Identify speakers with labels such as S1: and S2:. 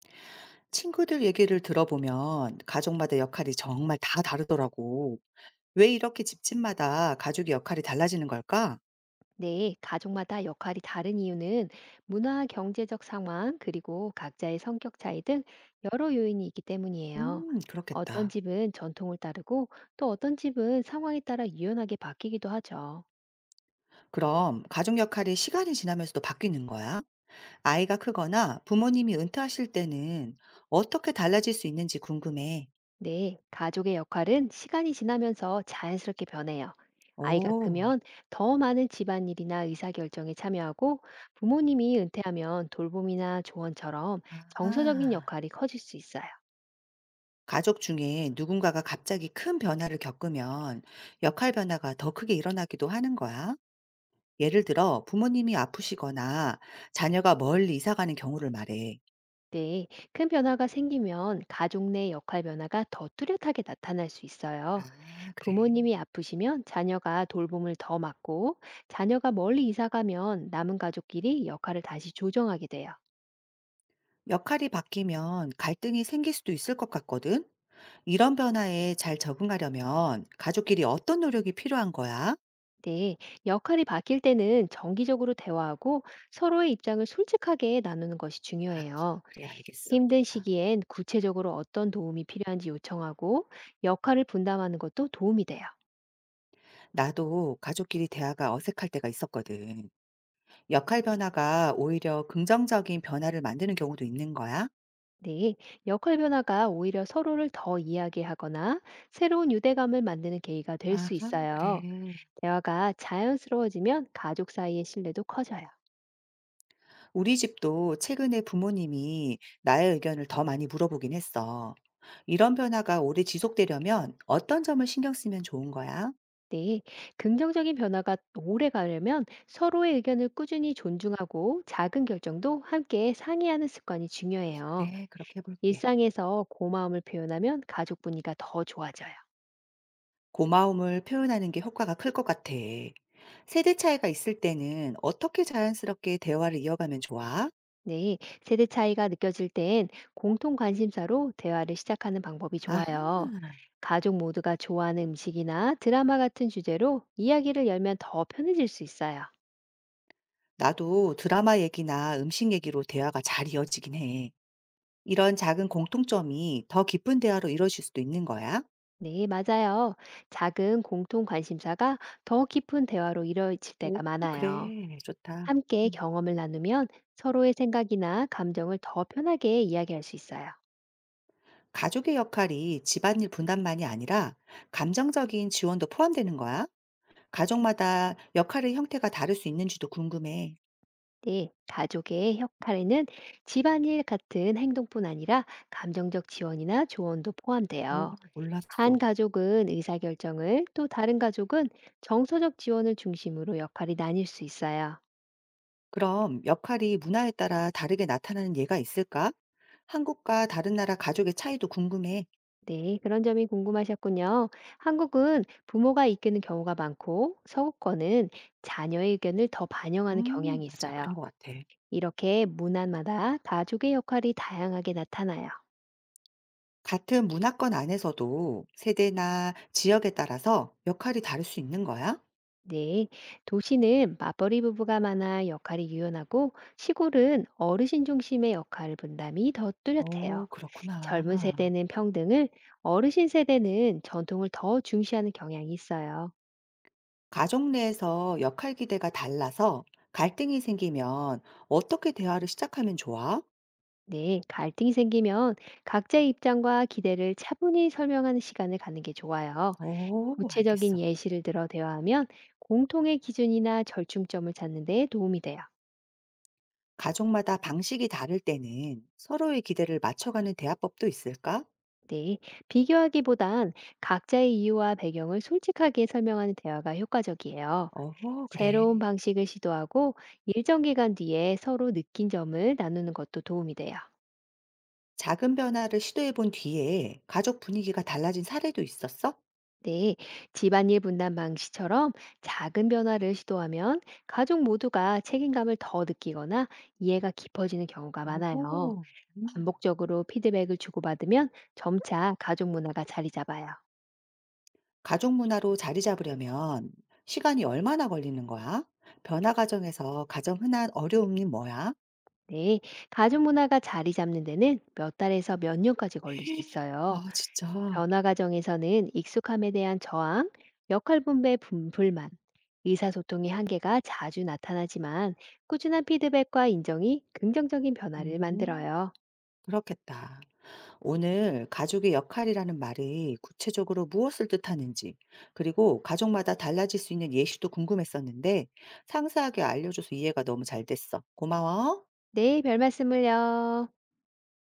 S1: 친구들 얘기를 들어보면 가족마다 역할이 정말 다 다르더라고. 왜 이렇게 집집마다 가족의 역할이 달라지는 걸까?
S2: 네, 가족마다 역할이 다른 이유는 문화, 경제적 상황, 그리고 각자의 성격 차이 등 여러 요인이 있기 때문이에요.
S1: 그렇겠다.
S2: 어떤 집은 전통을 따르고 또 어떤 집은 상황에 따라 유연하게 바뀌기도 하죠.
S1: 그럼 가족 역할이 시간이 지나면서도 바뀌는 거야? 아이가 크거나 부모님이 은퇴하실 때는 어떻게 달라질 수 있는지 궁금해.
S2: 네, 가족의 역할은 시간이 지나면서 자연스럽게 변해요. 아이가
S1: 오,
S2: 크면 더 많은 집안일이나 의사결정에 참여하고 부모님이 은퇴하면 돌봄이나 조언처럼 정서적인
S1: 아.
S2: 역할이 커질 수 있어요.
S1: 가족 중에 누군가가 갑자기 큰 변화를 겪으면 역할 변화가 더 크게 일어나기도 하는 거야? 예를 들어 부모님이 아프시거나 자녀가 멀리 이사 가는 경우를 말해.
S2: 네, 큰 변화가 생기면 가족 내 역할 변화가 더 뚜렷하게 나타날 수 있어요.
S1: 아, 그래.
S2: 부모님이 아프시면 자녀가 돌봄을 더 맡고, 자녀가 멀리 이사 가면 남은 가족끼리 역할을 다시 조정하게 돼요.
S1: 역할이 바뀌면 갈등이 생길 수도 있을 것 같거든. 이런 변화에 잘 적응하려면 가족끼리 어떤 노력이 필요한 거야?
S2: 네, 역할이 바뀔 때는 정기적으로 대화하고 서로의 입장을 솔직하게 나누는 것이
S1: 아,
S2: 중요해요.
S1: 그래, 알겠어.
S2: 힘든
S1: 좋다.
S2: 시기엔 구체적으로 어떤 도움이 필요한지 요청하고 역할을 분담하는 것도 도움이 돼요.
S1: 나도 가족끼리 대화가 어색할 때가 있었거든. 역할 변화가 오히려 긍정적인 변화를 만드는 경우도 있는 거야.
S2: 네, 역할 변화가 오히려 서로를 더 이야기하거나 새로운 유대감을 만드는 계기가 될 수
S1: 아하,
S2: 있어요.
S1: 그래.
S2: 대화가 자연스러워지면 가족 사이의 신뢰도 커져요.
S1: 우리 집도 최근에 부모님이 나의 의견을 더 많이 물어보긴 했어. 이런 변화가 오래 지속되려면 어떤 점을 신경 쓰면 좋은 거야?
S2: 네, 긍정적인 변화가 오래 가려면 서로의 의견을 꾸준히 존중하고 작은 결정도 함께 상의하는 습관이
S1: 아,
S2: 중요해요.
S1: 그래. 그렇게 해볼게.
S2: 일상에서 고마움을 표현하면 가족 분위기가 더 좋아져요.
S1: 고마움을 표현하는 게 효과가 클 것 같아. 세대 차이가 있을 때는 어떻게 자연스럽게 대화를 이어가면 좋아?
S2: 네, 세대 차이가 느껴질 땐 공통 관심사로 대화를 시작하는 방법이 좋아요.
S1: 아하,
S2: 가족 모두가 좋아하는 음식이나 드라마 같은 주제로 이야기를 열면 더 편해질 수 있어요.
S1: 나도 드라마 얘기나 음식 얘기로 대화가 잘 이어지긴 해. 이런 작은 공통점이 더 깊은 대화로 이루어질 수도 있는 거야?
S2: 네, 맞아요. 작은 공통 관심사가 더 깊은 대화로 이뤄질
S1: 오,
S2: 때가 많아요.
S1: 그래. 좋다.
S2: 함께
S1: 음.
S2: 경험을 나누면 서로의 생각이나 감정을 더 편하게 이야기할 수 있어요.
S1: 가족의 역할이 집안일 분담만이 아니라 감정적인 지원도 포함되는 거야? 가족마다 역할의 형태가 다를 수 있는지도 궁금해.
S2: 네, 가족의 역할에는 집안일 같은 행동뿐 아니라 감정적 지원이나 조언도
S1: 오,
S2: 포함돼요. 한
S1: 몰랐어.
S2: 가족은 의사결정을, 또 다른 가족은 정서적 지원을 중심으로 역할이 나뉠 수 있어요.
S1: 그럼 역할이 문화에 따라 다르게 나타나는 예가 있을까? 한국과 다른 나라 가족의 차이도 궁금해.
S2: 네, 그런 점이 궁금하셨군요. 한국은 부모가 이끄는 경우가 많고, 서구권은 자녀의 의견을 더 반영하는 경향이
S1: 맞아. 그런
S2: 있어요.
S1: 것 같아.
S2: 이렇게 문화마다 가족의 역할이 다양하게 나타나요.
S1: 같은 문화권 안에서도 세대나 지역에 따라서 역할이 다를 수 있는 거야?
S2: 네, 도시는 맞벌이 부부가 많아 역할이 유연하고 시골은 어르신 중심의 역할 분담이 더 뚜렷해요.
S1: 오,
S2: 젊은
S1: 그렇구나.
S2: 세대는 평등을, 어르신 세대는 전통을 더 중시하는 경향이 있어요.
S1: 가족 내에서 역할 기대가 달라서 갈등이 생기면 어떻게 대화를 시작하면 좋아?
S2: 네, 갈등이 생기면 각자의 입장과 기대를 차분히 설명하는 시간을 갖는 게 좋아요.
S1: 오,
S2: 구체적인
S1: 알겠어.
S2: 예시를 들어 대화하면 공통의 기준이나 절충점을 찾는 데 도움이 돼요.
S1: 가족마다 방식이 다를 때는 서로의 기대를 맞춰가는 대화법도 있을까?
S2: 네, 비교하기보단 각자의 이유와 배경을 솔직하게 설명하는 대화가 효과적이에요.
S1: 어,
S2: 새로운
S1: 그래.
S2: 방식을 시도하고 일정 기간 뒤에 서로 느낀 점을 나누는 것도 도움이 돼요.
S1: 작은 변화를 시도해 본 뒤에 가족 분위기가 달라진 사례도 있었어?
S2: 네, 집안일 분담 방식처럼 작은 변화를 시도하면 가족 모두가 책임감을 더 느끼거나 이해가 깊어지는 경우가 많아요.
S1: 오, 음.
S2: 반복적으로 피드백을 주고받으면 점차 가족 문화가 자리 잡아요.
S1: 가족 문화로 자리 잡으려면 시간이 얼마나 걸리는 거야? 변화 과정에서 가장 흔한 어려움이 뭐야?
S2: 네, 가족 문화가 자리 잡는 데는 몇 달에서 몇 년까지 걸릴 수 있어요.
S1: 아, 진짜.
S2: 변화 과정에서는 익숙함에 대한 저항, 역할 분배 불만, 의사소통의 한계가 자주 나타나지만 꾸준한 피드백과 인정이 긍정적인 변화를
S1: 음,
S2: 만들어요.
S1: 그렇겠다. 오늘 가족의 역할이라는 말이 구체적으로 무엇을 뜻하는지, 그리고 가족마다 달라질 수 있는 예시도 궁금했었는데, 상세하게 알려줘서 이해가 너무 잘 됐어. 고마워.
S2: 네, 별 말씀을요.